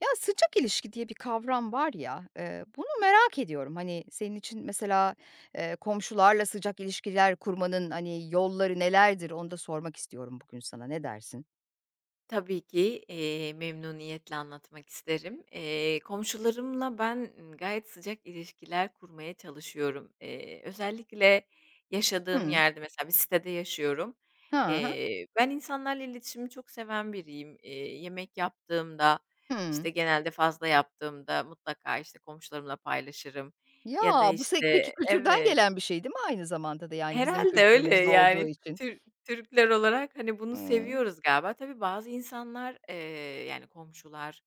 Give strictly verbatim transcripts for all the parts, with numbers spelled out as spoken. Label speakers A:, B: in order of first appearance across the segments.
A: Ya, sıcak ilişki diye bir kavram var ya, eee, bunu merak ediyorum. Hani, senin için mesela, eee, komşularla sıcak ilişkiler kurmanın, hani, yolları nelerdir onu da sormak istiyorum bugün sana. Ne dersin?
B: Tabii ki, eee, memnuniyetle anlatmak isterim. Eee, komşularımla ben, ımm, gayet sıcak ilişkiler kurmaya çalışıyorum. Eee, özellikle yaşadığım
A: Hıı.
B: yerde mesela bir sitede yaşıyorum.
A: Ha, ha,
B: Eee, ben insanlarla iletişimi çok seven biriyim. Eee, yemek yaptığımda,
A: hı.
B: işte, genelde fazla yaptığımda mutlaka, işte, komşularımla paylaşırım
A: Ya,
B: ya da,
A: bu se peki
B: işte,
A: kültürden
B: evet.
A: gelen bir şey değil mi aynı zamanda da, yani, bizim
B: Herhâlde öyle,
A: kültürümüzde olduğu
B: yani,
A: için?
B: Tür Türkler olarak, hani, bunu
A: Hı,
B: seviyoruz galiba. Tabii bazı insanlar, eee, yani, komşular,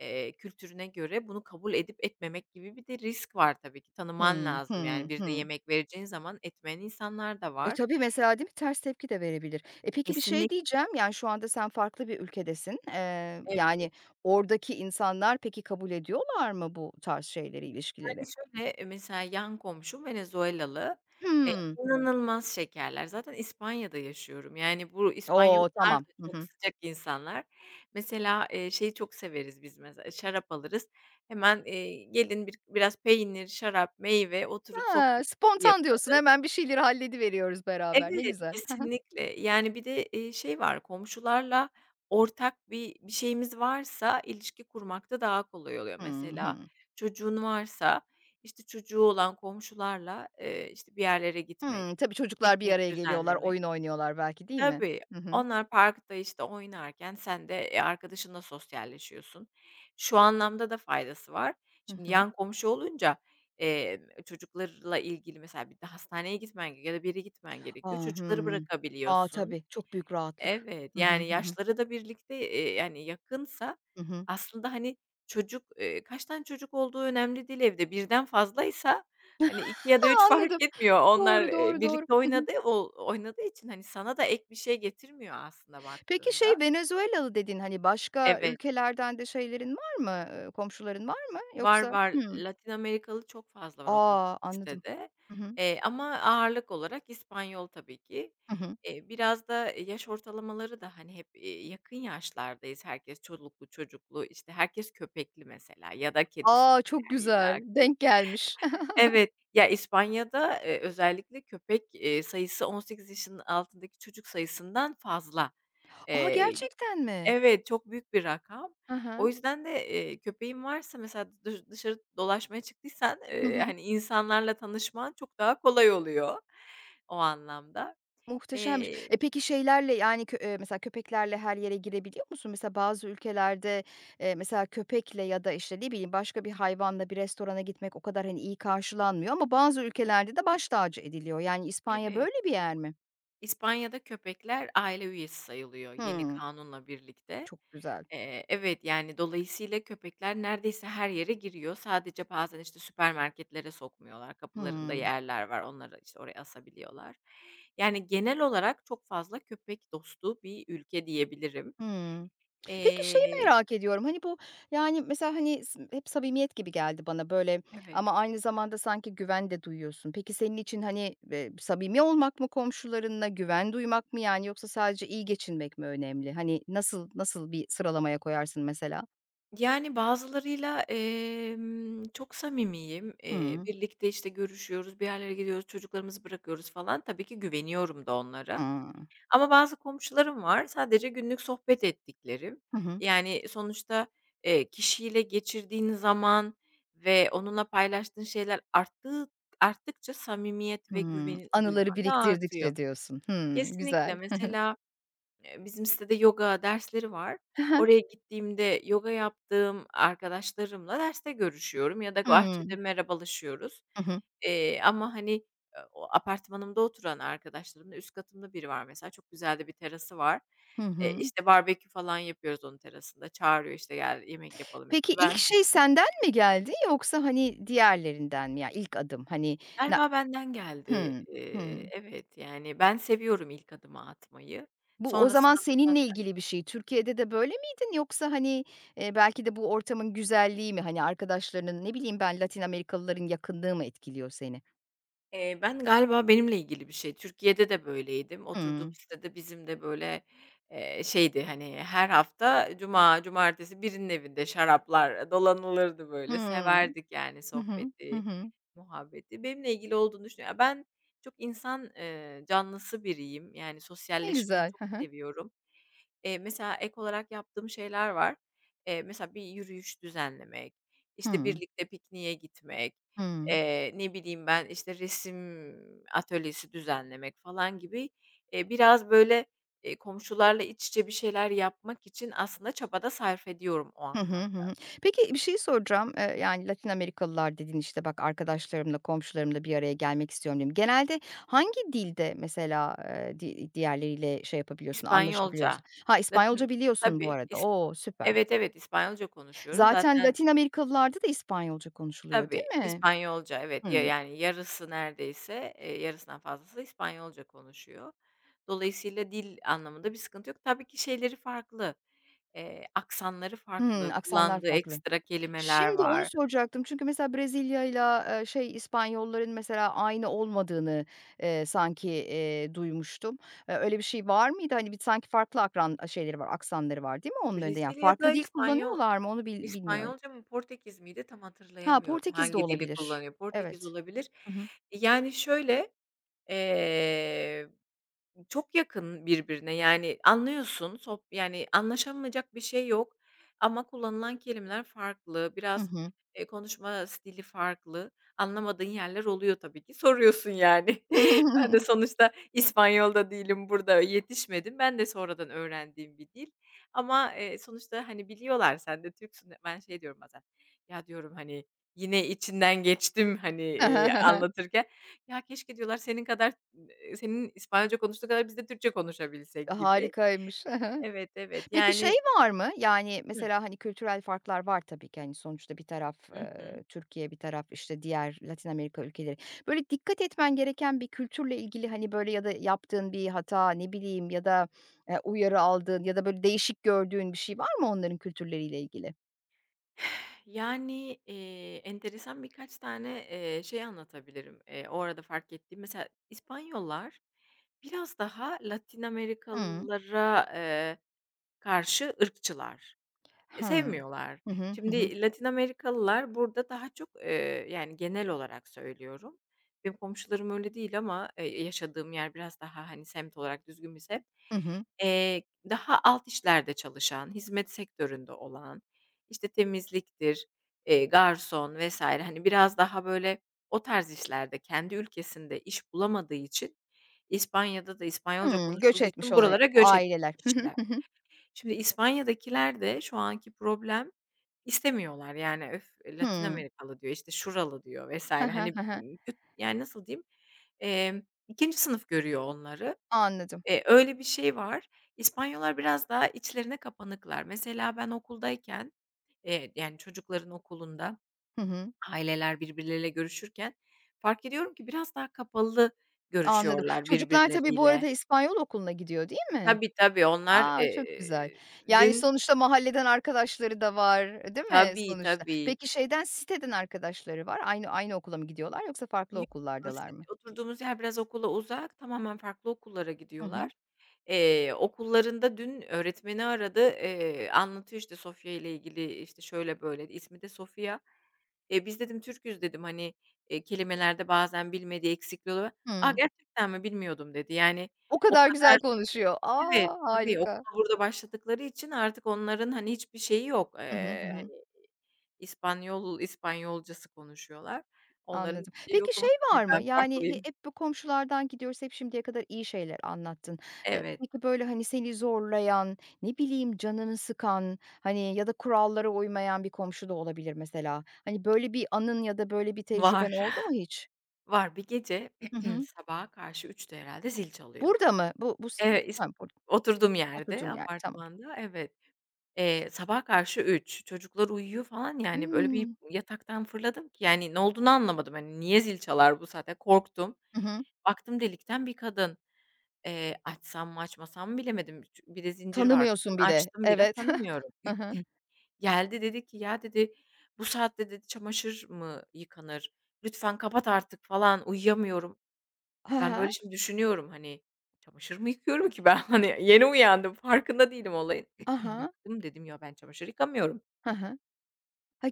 B: eee, kültürüne göre bunu kabul edip etmemek gibi bir de risk var tabii ki. Tanıman
A: hı,
B: lazım, yani,
A: hı,
B: birine
A: hı.
B: yemek vereceğin zaman etmeyen insanlar da
A: E,
B: var.
A: tabii mesela değil mi? Ters tepki de verebilir. E, peki bir şey
B: Kesinlik
A: diyeceğim, yani, şu anda sen farklı bir ülkedesin. Eee, yani, oradaki insanlar peki kabul ediyorlar mı bu tarz şeyleri, ilişkileri?
B: Yani, şöyle, eee, mesela yan komşum Venezuelalı. Eee, Evet.
A: Hımm.
B: inanılmaz şekerler. Zaten İspanya'da yaşıyorum. Yani, bu
A: O!
B: İspanyollar
A: Tamam.
B: da
A: Hı
B: çok
A: hı.
B: sıcak insanlar. Mesela, eee, şeyi çok severiz biz mesela, şarap alırız. Hemen, eee, "Gelin bir biraz peynir, şarap, meyve, oturup
A: Ha,
B: sohbet."
A: spontan diyorsun, hemen bir şeyleri hallediveriyoruz beraber. Ne
B: Evet,
A: güzel.
B: kesinlikle. Yani, bir de, eee, şey var, komşularla ortak bir bir şeyimiz varsa ilişki kurmakta daha kolay oluyor.
A: Hı hı.
B: Mesela çocuğun varsa, işte, çocuğu olan komşularla, eee, işte, bir yerlere gitmek,
A: Hımm, tabii çocuklar bir
B: piknik
A: araya geliyorlar,
B: düzenlemek.
A: oyun oynuyorlar belki değil mi?
B: Tabii.
A: Hı hı.
B: Onlar parkta, işte, oynarken sen de, eee, arkadaşınla sosyalleşiyorsun. Şu anlamda da faydası var.
A: Hı
B: Şimdi
A: hı.
B: yan komşu olunca, eee, çocuklarla ilgili mesela bir de hastaneye gitmen gerekiyor ya da bir yere gitmen gerekiyor.
A: A!
B: Çocukları
A: Hımm. A,
B: bırakabiliyorsun.
A: tabii çok büyük rahatlık.
B: Evet,
A: Hı hı.
B: yani
A: Hı hı.
B: yaşları da birlikte, eee, yani yakınsa
A: Hı hı.
B: aslında, hani, çocuk, eee, kaç tane çocuk olduğu önemli değil evde. Birden fazlaysa, hani, iki ya da
A: A,
B: üç fark
A: anladım.
B: etmiyor. Onlar,
A: Doğru,
B: eee,
A: doğru, doğru.
B: birlikte
A: Hı hı.
B: oynadığı o oynadığı için, hani, sana da ek bir şey getirmiyor aslında
A: Peki, şey,
B: baktığında.
A: Venezuelalı dedin, hani, başka
B: Evet.
A: ülkelerden de şeylerin var mı, eee, komşuların var mı
B: Var,
A: yoksa.
B: var.
A: Hımm.
B: Latin Amerikalı çok fazla var oturduğum
A: A! Anladım.
B: sitede,
A: Hı hı.
B: eee, ama ağırlık olarak İspanyol tabii ki.
A: Hı hı.
B: Eee, biraz da yaş ortalamaları da, hani, hep, eee, yakın yaşlardayız. Herkes çoluklu çocuklu, işte, herkes köpekli mesela ya da kedisi var
A: A! Çok
B: yani
A: güzel,
B: illaki.
A: denk gelmiş.
B: Evet, ya, İspanya'da, eee, özellikle köpek, eee, sayısı on sekiz yaşının altındaki çocuk sayısından fazla.
A: A,
B: Eee
A: gerçekten mi?
B: Evet, çok büyük bir rakam.
A: Hı hı.
B: O yüzden de, eee, köpeğin varsa mesela dış dışarı dolaşmaya çıktıysan,
A: Hı
B: eee,
A: hı.
B: hani, insanlarla tanışman çok daha kolay oluyor o anlamda.
A: Muhteşemmiş.
B: Eee
A: E, peki, şeylerle, yani, kö eee, mesela köpeklerle her yere girebiliyor musun? Mesela bazı ülkelerde, eee, mesela köpekle ya da, işte, ne bileyim, başka bir hayvanla bir restorana gitmek o kadar, hani, iyi karşılanmıyor ama bazı ülkelerde de baş tacı ediliyor. Yani, İspanya
B: Evet.
A: böyle bir yer mi?
B: İspanya'da köpekler aile üyesi sayılıyor yeni
A: Hımm.
B: kanunla birlikte.
A: Çok güzel.
B: Eee, evet, yani, dolayısıyla köpekler neredeyse her yere giriyor. Sadece bazen, işte, süpermarketlere sokmuyorlar. Kapılarında
A: Hımm.
B: yerler var. Onları, işte, oraya asabiliyorlar. Yani, genel olarak çok fazla köpek dostu bir ülke diyebilirim.
A: Hımm. Peki şeyi
B: Eee
A: merak ediyorum, hani, bu, yani, mesela, hani, s hep samimiyet gibi geldi bana, böyle,
B: Evet.
A: ama aynı zamanda sanki güven de duyuyorsun. Peki senin için, hani, eee, samimi olmak mı komşularınla, güven duymak mı, yani, yoksa sadece iyi geçinmek mi önemli? Hani, nasıl nasıl bir sıralamaya koyarsın mesela?
B: Yani, bazılarıyla, emm, çok samimiyim. Eee,
A: Hımm.
B: birlikte, işte, görüşüyoruz, bir yerlere gidiyoruz, çocuklarımızı bırakıyoruz falan. Tabii ki güveniyorum da onlara.
A: Hıı.
B: Ama bazı komşularım var, sadece günlük sohbet ettiklerim.
A: Hı hı.
B: Yani, sonuçta, eee, kişiyle geçirdiğin zaman ve onunla paylaştığın şeyler arttığı arttıkça samimiyet ve
A: Hımm.
B: güven duyman
A: Anıları
B: da artıyor.
A: biriktirdikçe diyorsun. Hımm,
B: Kesinlikle.
A: güzel.
B: Mesela Eee, bizim sitede yoga dersleri var. Oraya gittiğimde yoga yaptığım arkadaşlarımla derste görüşüyorum ya da
A: Hı hı.
B: bahçede
A: Hımm.
B: merhabalaşıyoruz.
A: Hı hı.
B: Eee, ama, hani, eee, o apartmanımda oturan arkadaşlarımla üst katımda biri var mesela, çok güzel de bir terası var.
A: Hı
B: Eee,
A: hı.
B: işte, barbekü falan yapıyoruz onun terasında. Çağırıyor, işte, "Gel yemek yapalım
A: Peki,
B: birlikte."
A: ilk
B: Ben
A: şey senden mi geldi yoksa, hani, diğerlerinden mi? Ya, ilk adım, hani, na
B: Galiba benden geldi.
A: Hımm,
B: Eee,
A: hımm.
B: evet, yani, ben seviyorum ilk adımı atmayı.
A: Bu o zaman
B: Sonrasında da
A: seninle ilgili bir şey. Türkiye'de de böyle miydin yoksa, hani, eee, belki de bu ortamın güzelliği mi, hani, arkadaşlarının, ne bileyim ben, Latin Amerikalıların yakınlığı mı etkiliyor seni?
B: Eee, ben galiba benimle ilgili bir şey. Türkiye'de de böyleydim. Oturduğum
A: Hımm.
B: sitede bizim de böyle, eee, şeydi, hani, her hafta cuma, cumartesi birinin evinde şaraplar dolanılırdı böyle.
A: Hımm.
B: Severdik yani
A: Hı hı. Hı hı. Hı
B: sohbeti,
A: hı.
B: muhabbeti. Benimle ilgili olduğunu düşünüyorum. Ya, ben çok insan, eee, canlısı biriyim. Yani
A: Ne
B: sosyalleşmeyi
A: güzel.
B: çok
A: Hı hı.
B: seviyorum. Eee, mesela ek olarak yaptığım şeyler var. Eee, mesela bir yürüyüş düzenlemek, işte,
A: Hımm.
B: birlikte pikniğe gitmek,
A: Hımm.
B: eee, ne bileyim ben, işte, resim atölyesi düzenlemek falan gibi, eee, biraz böyle, eee, komşularla iç içe bir şeyler yapmak için aslında çabada da sarf ediyorum o
A: Hı hı, hı
B: anlamda.
A: hı. Peki bir şey soracağım. Eee, yani, Latin Amerikalılar dedin, işte, "Bak, arkadaşlarımla, komşularımla bir araya gelmek istiyorum." dedim. Genelde hangi dilde mesela, eee, di diğerleriyle şey yapabiliyorsun, anlaşabiliyorsun?
B: İspanyolca.
A: Ha, İspanyolca
B: Zaten
A: biliyorsun bu
B: tabii.
A: arada.
B: İs
A: O, süper.
B: Evet, evet, İspanyolca konuşuyorum.
A: Zaten
B: Zaten
A: Latin Amerikalılarda da İspanyolca konuşuluyor, değil
B: tabii,
A: mi?
B: İspanyolca evet, ya
A: Hıı.
B: yani yarısı neredeyse, eee, yarısından fazlası İspanyolca konuşuyor. Dolayısıyla dil anlamında bir sıkıntı yok. Tabii ki şeyleri farklı, eee, aksanları farklı,
A: Hıı, aksanlar
B: kullandığı
A: farklı.
B: ekstra kelimeler
A: Şimdi onu
B: var.
A: soracaktım. Çünkü mesela Brezilya'yla, eee, şey, İspanyolların mesela aynı olmadığını, eee, sanki, eee, duymuştum. Eee, öyle bir şey var mıydı? Hani, bir sanki farklı akran şeyleri var, aksanları var değil mi onların da? Yani
B: Brezilya'da
A: farklı dil
B: İspanyol
A: kullanıyorlar mı onu bil bilmiyorum.
B: İspanyolca mı Portekiz miydi tam
A: Ha,
B: hatırlayamıyorum
A: Portekiz de
B: hangi dili
A: olabilir.
B: kullanıyor. Portekiz
A: Evet.
B: olabilir.
A: Hı hı.
B: Yani şöyle, eee çok yakın birbirine, yani, anlıyorsun, sohb yani, anlaşamayacak bir şey yok ama kullanılan kelimeler farklı.
A: Hı
B: Biraz,
A: hı.
B: eee, konuşma stili farklı. Anlamadığın yerler oluyor tabii ki. Soruyorsun, yani. Ben de sonuçta İspanyol'da değilim, burada yetişmedim. Ben de sonradan öğrendiğim bir dil ama, eee, sonuçta, hani, biliyorlar sen de Türksün. Ben şey diyorum bazen, ya, diyorum, hani, yine içinden geçtim, hani, eee, anlatırken. Ya, keşke diyorlar senin kadar, eee, senin İspanyolca konuştuğun kadar biz de Türkçe konuşabilsek gibi.
A: Harikaymış.
B: Evet, evet.
A: Peki şey
B: Yani
A: var mı? Yani,
B: hı.
A: mesela, hani, kültürel farklar var tabii ki, hani, sonuçta bir taraf,
B: Hı hı.
A: eee, Türkiye, bir taraf, işte, diğer Latin Amerika ülkeleri. Böyle dikkat etmen gereken bir kültürle ilgili, hani, böyle ya da yaptığın bir hata, ne bileyim ya da, eee, uyarı aldığın ya da böyle değişik gördüğün bir şey var mı onların kültürleriyle ilgili?
B: Yani, eee, enteresan birkaç tane, eee, şey anlatabilirim. Eee, o arada fark ettiğim mesela İspanyollar biraz daha Latin
A: Hıı.
B: Amerikalılara, eee, karşı ırkçılar. E,
A: Hıı.
B: sevmiyorlar.
A: Hı hı. Hı hı.
B: Şimdi Latin Amerikalılar burada daha çok, eee, yani genel olarak söylüyorum. Benim komşularım öyle değil ama, eee, yaşadığım yer biraz daha, hani, semt olarak düzgün bir semt.
A: Hı hı.
B: Eee, Daha alt işlerde çalışan, hizmet sektöründe olan, işte, temizliktir, eee, garson vesaire hani, biraz daha böyle o tarz işlerde kendi ülkesinde iş bulamadığı için İspanya'da da İspanyolca
A: Hıı. Göç
B: konuşulduğu
A: etmiş
B: için
A: olan
B: buralara göç etmiş
A: aileler. Hı hı.
B: kişiler. Şimdi İspanya'dakiler de şu anki problem istemiyorlar. Yani, "Öf, e, Latin
A: Hı.
B: Amerikalı." diyor, işte, "Şuralı." diyor
A: Hı
B: vesaire
A: hı.
B: hani,
A: Hı hı.
B: ııı, köt yani, nasıl diyeyim, emm, ikinci sınıf görüyor onları.
A: Anladım.
B: Eee, öyle bir şey var. İspanyollar biraz daha içlerine kapanıklar. Mesela ben okuldayken, eee, yani, çocukların okulunda
A: Hı hı.
B: aileler birbirleriyle görüşürken fark ediyorum ki biraz daha kapalı
A: Anladım.
B: görüşüyorlar
A: Çocuklar tabii bu
B: birbirleriyle.
A: arada İspanyol okuluna gidiyor, değil mi?
B: Tabii, tabii onlar,
A: A, çok
B: eee,
A: güzel. Yani,
B: dün
A: sonuçta mahalleden arkadaşları da var, e, değil mi
B: tabii,
A: sonuçta?
B: tabii.
A: Peki şeyden, siteden arkadaşları var. Aynı aynı okula mı gidiyorlar yoksa farklı
B: Yok,
A: okullardalar
B: bahset
A: mı?
B: oturduğumuz yer biraz okula uzak, tamamen farklı okullara
A: Hı hı.
B: gidiyorlar. Eee, okullarında dün öğretmeni aradı, eee, anlatıyor işte Sofya ile ilgili, işte, şöyle böyle, ismi de Sofya. "E, biz," dedim, "Türk'üz," dedim, hani, eee, "kelimelerde bazen bilmediği eksikliği oluyor." "A,
A: Hımm.
B: gerçekten mi? Bilmiyordum," dedi. Yani
A: O
B: o
A: kadar
B: kadar
A: güzel konuşuyor. A,
B: evet, tabii
A: harika.
B: okula burada başladıkları için artık onların, hani, hiçbir şeyi yok.
A: Hı hı. Hı
B: Eee,
A: hı.
B: hani, İspanyol İspanyolcası konuşuyorlar. Onların
A: Anladım.
B: hiçbir şeyi yok
A: Peki şey
B: ama tabii
A: var mı?
B: ben
A: Yani he
B: farklıyım.
A: hep bu komşulardan gidiyoruz, hep şimdiye kadar iyi şeyler anlattın. Eee,
B: Evet,
A: peki böyle, hani, seni zorlayan, ne bileyim, canını sıkan, hani, ya da kurallara uymayan bir komşu da olabilir mesela. Hani, böyle bir anın ya da böyle bir tecrüben
B: var,
A: oldu mu hiç?
B: var. Bir gece
A: Hı hı.
B: sabaha karşı üçte herhalde zil çalıyor.
A: Burada mı? Bu bu s
B: Evet, is
A: ha, bur
B: oturduğum yerde,
A: oturduğun yer, tamam.
B: apartmanda, evet. Eee, sabaha karşı üç çocuklar uyuyor falan yani böyle bir
A: Hımm.
B: yataktan fırladım ki yani ne olduğunu anlamadım. Hani, niye zil çalar bu saatte? Korktum.
A: Hı hı.
B: Baktım delikten bir kadın. Eee, açsam mı açmasam mı bilemedim. Çü bir de zincir var.
A: Tanımıyorsun bir de.
B: Açtım biraz,
A: Evet.
B: tanımıyorum.
A: Hı hı.
B: Geldi dedi ki, "Ya," dedi, "bu saatte," dedi, "çamaşır mı yıkanır? Lütfen kapat artık falan, uyuyamıyorum." Ben,
A: Aha. He.
B: böyle, şimdi düşünüyorum, hani, çamaşır mı yıkıyorum ki ben? Hani, yeni uyandım, farkında değilim olayın.
A: Ha ha.
B: Baktım dedim, "Ya, ben çamaşır yıkamıyorum."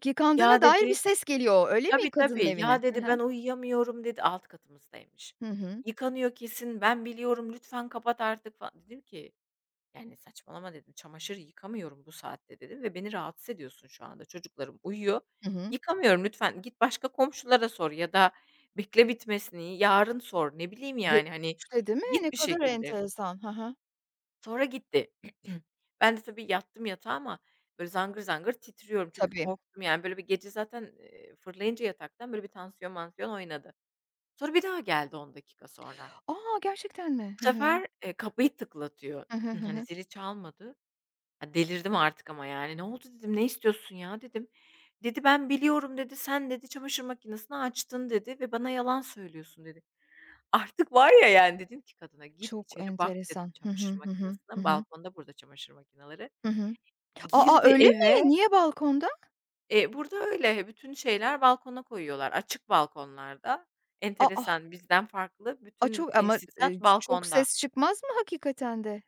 A: Yıkandığına
B: "Ya"
A: dair bir
B: dedi
A: ses geliyor, öyle mi
B: tabii,
A: kadının
B: tabii.
A: evine?
B: "Ya," dedi,
A: Hı.
B: "ben uyuyamıyorum," dedi. Alt katımızdaymış.
A: Hı hı.
B: "Yıkanıyor kesin, ben biliyorum, lütfen kapat artık," falan. Dedim ki, "Yani, saçmalama," dedim. "Çamaşır yıkamıyorum bu saatte," dedim, "ve beni rahatsız ediyorsun şu anda. Çocuklarım uyuyor.
A: Hı hı.
B: Yıkamıyorum lütfen. Git başka komşulara sor ya da bekle bitmesini, yarın sor." Ne bileyim,
A: Gece
B: yani, hani,
A: üçte değil mi? Ne
B: git bir
A: kadar
B: şekilde.
A: enteresan. Hı hı.
B: Sonra gitti. Ben de tabii yattım yatağa ama böyle zangır zangır titriyorum çünkü
A: Tabii.
B: korktum yani. Böyle bir gece zaten, eee, fırlayınca yataktan böyle bir tansiyon mansiyon oynadı. Sonra bir daha geldi on dakika sonra.
A: A! Gerçekten mi?
B: Bu
A: Hı hı.
B: sefer, eee, kapıyı tıklatıyor.
A: Hı hı, hı
B: Hani
A: hı.
B: zili çalmadı. Ya, delirdim artık ama yani. "Ne oldu?" dedim. "Ne istiyorsun ya?" dedim. Dedi, "Ben biliyorum," dedi. "Sen," dedi, "çamaşır makinesini açtın," dedi, "ve bana yalan söylüyorsun," dedi. Artık var ya yani dedim ki kadına, "Gir
A: Çok
B: içeri bak," dedim,
A: enteresan. Hı hı,
B: çamaşır
A: hı hı, hı
B: makinesine.
A: hı,
B: Balkonda burada çamaşır makineleri.
A: hı hı. A, a!
B: Girdi
A: Öyle mi?
B: eve.
A: Niye balkonda?
B: Eee, burada öyle bütün şeyler balkona koyuyorlar. Açık balkonlarda.
A: A, ah!
B: Enteresan, bizden farklı.
A: A,
B: Bütün
A: çok ama,
B: tesisat
A: eee, ç çok
B: balkonda.
A: ses çıkmaz mı hakikaten de?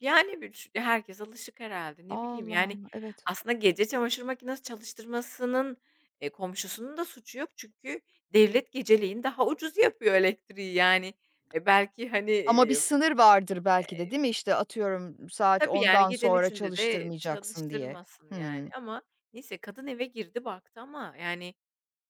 B: Yani, bir ç herkes alışık herhalde, ne
A: Allah
B: bileyim, yani,
A: Allah, evet.
B: aslında gece çamaşır makinesi çalıştırmasının, eee, komşusunun da suçu yok. Çünkü devlet geceleyin daha ucuz yapıyor elektriği, yani. E, belki, hani,
A: Ama bir
B: eee
A: sınır vardır belki de değil mi? İşte, atıyorum saat
B: tabii, yani,
A: ondan
B: gecenin
A: sonra
B: üçünde de
A: çalıştırmayacaksın diye.
B: çalıştırmasın, yani.
A: Hıı.
B: Ama neyse kadın eve girdi baktı ama, yani,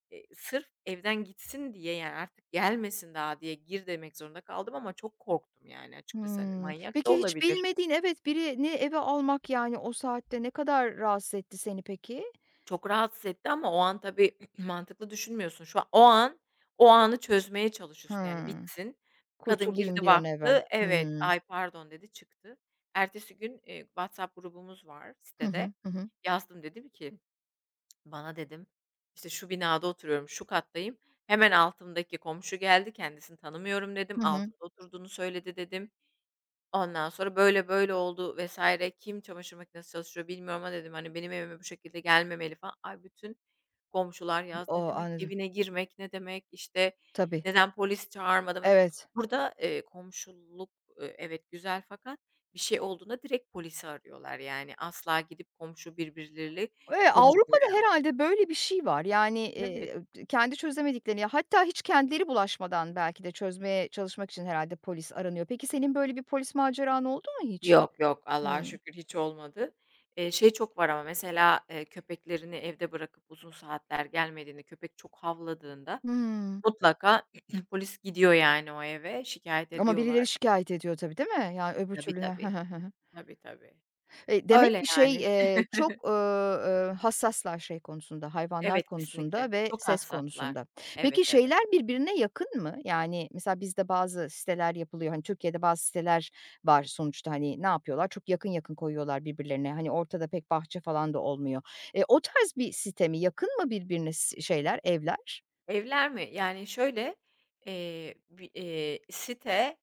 B: eee, sırf evden gitsin diye, yani, artık gelmesin daha diye gir demek zorunda kaldım ama çok korktum, yani, açıkçası. Hani,
A: Hımm.
B: manyak da
A: Peki hiç
B: olabilir.
A: bilmediğin evet, birini eve almak, yani, o saatte ne kadar rahatsız etti seni peki?
B: Çok rahatsız etti ama o an tabii mantıklı düşünmüyorsun. Şu an o an, o anı çözmeye çalışıyorsun. Yani
A: Hımm.
B: bitsin. Kadın
A: Kurtulayım
B: girdi
A: bir an evvel.
B: baktı. Evet,
A: Hımm.
B: "Ay, pardon," dedi, çıktı. Ertesi gün, eee, WhatsApp grubumuz var
A: Hı hı.
B: sitede.
A: Hı hı.
B: Yazdım, dedim ki, "Bana," dedim, "işte, şu binada oturuyorum, şu kattayım. Hemen altımdaki komşu geldi, kendisini tanımıyorum," dedim.
A: Hı hı.
B: "Altımda oturduğunu söyledi," dedim. Ondan sonra böyle böyle oldu vesaire kim çamaşır makinesi çalıştırıyor bilmiyorum ama dedim, hani, benim evime bu şekilde gelmemeli falan. Ay, bütün komşular yaz ne
A: O,
B: demek
A: anladım.
B: evine girmek, ne demek, işte,
A: Tabii.
B: neden polis çağırmadı ve
A: Evet.
B: burada, eee, komşuluk, eee, evet, güzel fakat bir şey olduğunda direkt polisi arıyorlar. Yani asla gidip komşu birbirleriyle
A: Eee,
B: konuşmuyor.
A: Avrupa'da herhâlde böyle bir şey var. Yani,
B: Evet.
A: eee, kendi çözemediklerini, ya, hatta hiç kendileri bulaşmadan belki de çözmeye çalışmak için herhâlde polis aranıyor. Peki senin böyle bir polis maceran oldu mu hiç?
B: Yok, yok, Allah'a
A: Hımm.
B: şükür hiç olmadı. Eee, şey çok var ama mesela, eee, köpeklerini evde bırakıp uzun saatler gelmediğinde, köpek çok havladığında
A: Hımm.
B: mutlaka polis gidiyor yani o eve, şikayet
A: Ama birileri
B: ediyorlar.
A: şikâyet ediyor tabii, değil mi? Yani, öbür
B: Tabii,
A: türlü ne? Hı
B: tabii.
A: hı. Hı hı.
B: Tabii, tabii.
A: Eee, demek
B: Öyle
A: ki şey,
B: yani.
A: eee, çok, eee, eee, hassaslar şey konusunda, hayvanlar
B: Evet,
A: konusunda
B: kesinlikle.
A: ve
B: Çok
A: ses
B: hassaslar.
A: konusunda.
B: Evet,
A: Peki
B: evet.
A: şeyler birbirine yakın mı? Yani, mesela bizde bazı siteler yapılıyor. Hani, Türkiye'de bazı siteler var sonuçta, hani, ne yapıyorlar? Çok yakın yakın koyuyorlar birbirlerine. Hani, ortada pek bahçe falan da olmuyor. Eee, o tarz bir site mi? Yakın mı birbirine s şeyler, evler?
B: Evler mi? Yani şöyle, eee, bi eee, site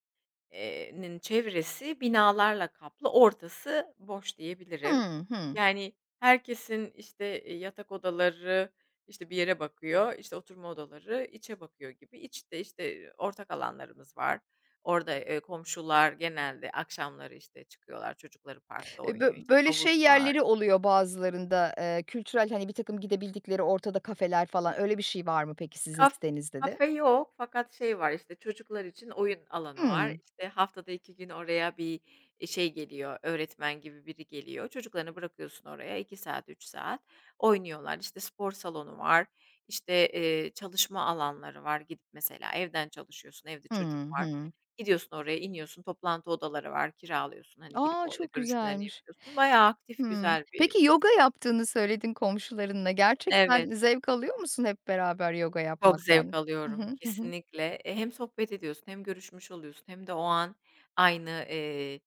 B: eee, nin çevresi binalarla kaplı, ortası boş diyebilirim.
A: Hıı, hı.
B: Yani herkesin, işte, eee, yatak odaları, işte, bir yere bakıyor, işte, oturma odaları içe bakıyor gibi. İçte, işte, ortak alanlarımız var. Orada, eee, komşular genelde akşamları, işte, çıkıyorlar, çocukları parkta
A: Eee, bö
B: oynuyor, işte,
A: böyle
B: havuz
A: şey
B: var.
A: yerleri oluyor bazılarında, eee, kültürel, hani, bir takım gidebildikleri ortada kafeler falan, öyle bir şey var mı peki sizin
B: Kaf
A: sitenizde de?
B: kafe yok fakat şey var, işte, çocuklar için oyun alanı var.
A: Hımm.
B: İşte, haftada iki gün oraya bir, e, şey geliyor, öğretmen gibi biri geliyor. Çocuklarını bırakıyorsun oraya iki saat, üç saat oynuyorlar. İşte, spor salonu var, işte, eee, çalışma alanları var. Gidip mesela evden çalışıyorsun, evde
A: Hı
B: çocuk var.
A: hı.
B: Gidiyorsun oraya, iniyorsun, toplantı odaları var, kiralıyorsun. Hani, girip
A: A,
B: orada
A: çok
B: görüşmelerini
A: güzelmiş.
B: yapıyorsun. Bayağı aktif
A: Hımm.
B: güzel bir
A: Peki yoga yaptığını söyledin komşularınla. Gerçekten
B: evet.
A: zevk alıyor musun hep beraber yoga
B: Çok zevk
A: yapmaktan? Hı hı.
B: alıyorum
A: Hı hı.
B: kesinlikle. E, hem sohbet ediyorsun hem görüşmüş oluyorsun hem de o an aynı, eee,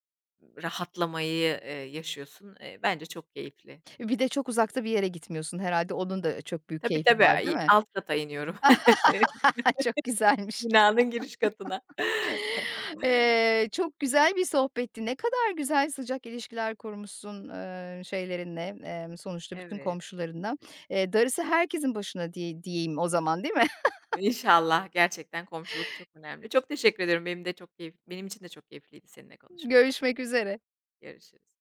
B: rahatlamayı, eee, yaşıyorsun. Eee, bence çok keyifli.
A: Bir de çok uzakta bir yere gitmiyorsun herhalde onun da çok büyük
B: Tabii,
A: keyfi
B: tabii,
A: var,
B: ay
A: değil mi?
B: alt kata iniyorum.
A: Çok güzelmiş.
B: Binanın giriş katına.
A: Eee, çok güzel bir sohbetti. Ne kadar güzel sıcak ilişkiler kurmuşsun, eee, şeylerinle, emm, sonuçta bütün
B: Evet,
A: komşularınla. Eee, darısı herkesin başına diye diyeyim o zaman, değil mi?
B: inşallah. Gerçekten komşuluk çok önemli. Çok teşekkür ederim. Benim de çok keyif benim için de çok keyifliydi seninle konuşmak.
A: Görüşmek üzere.
B: Görüşürüz.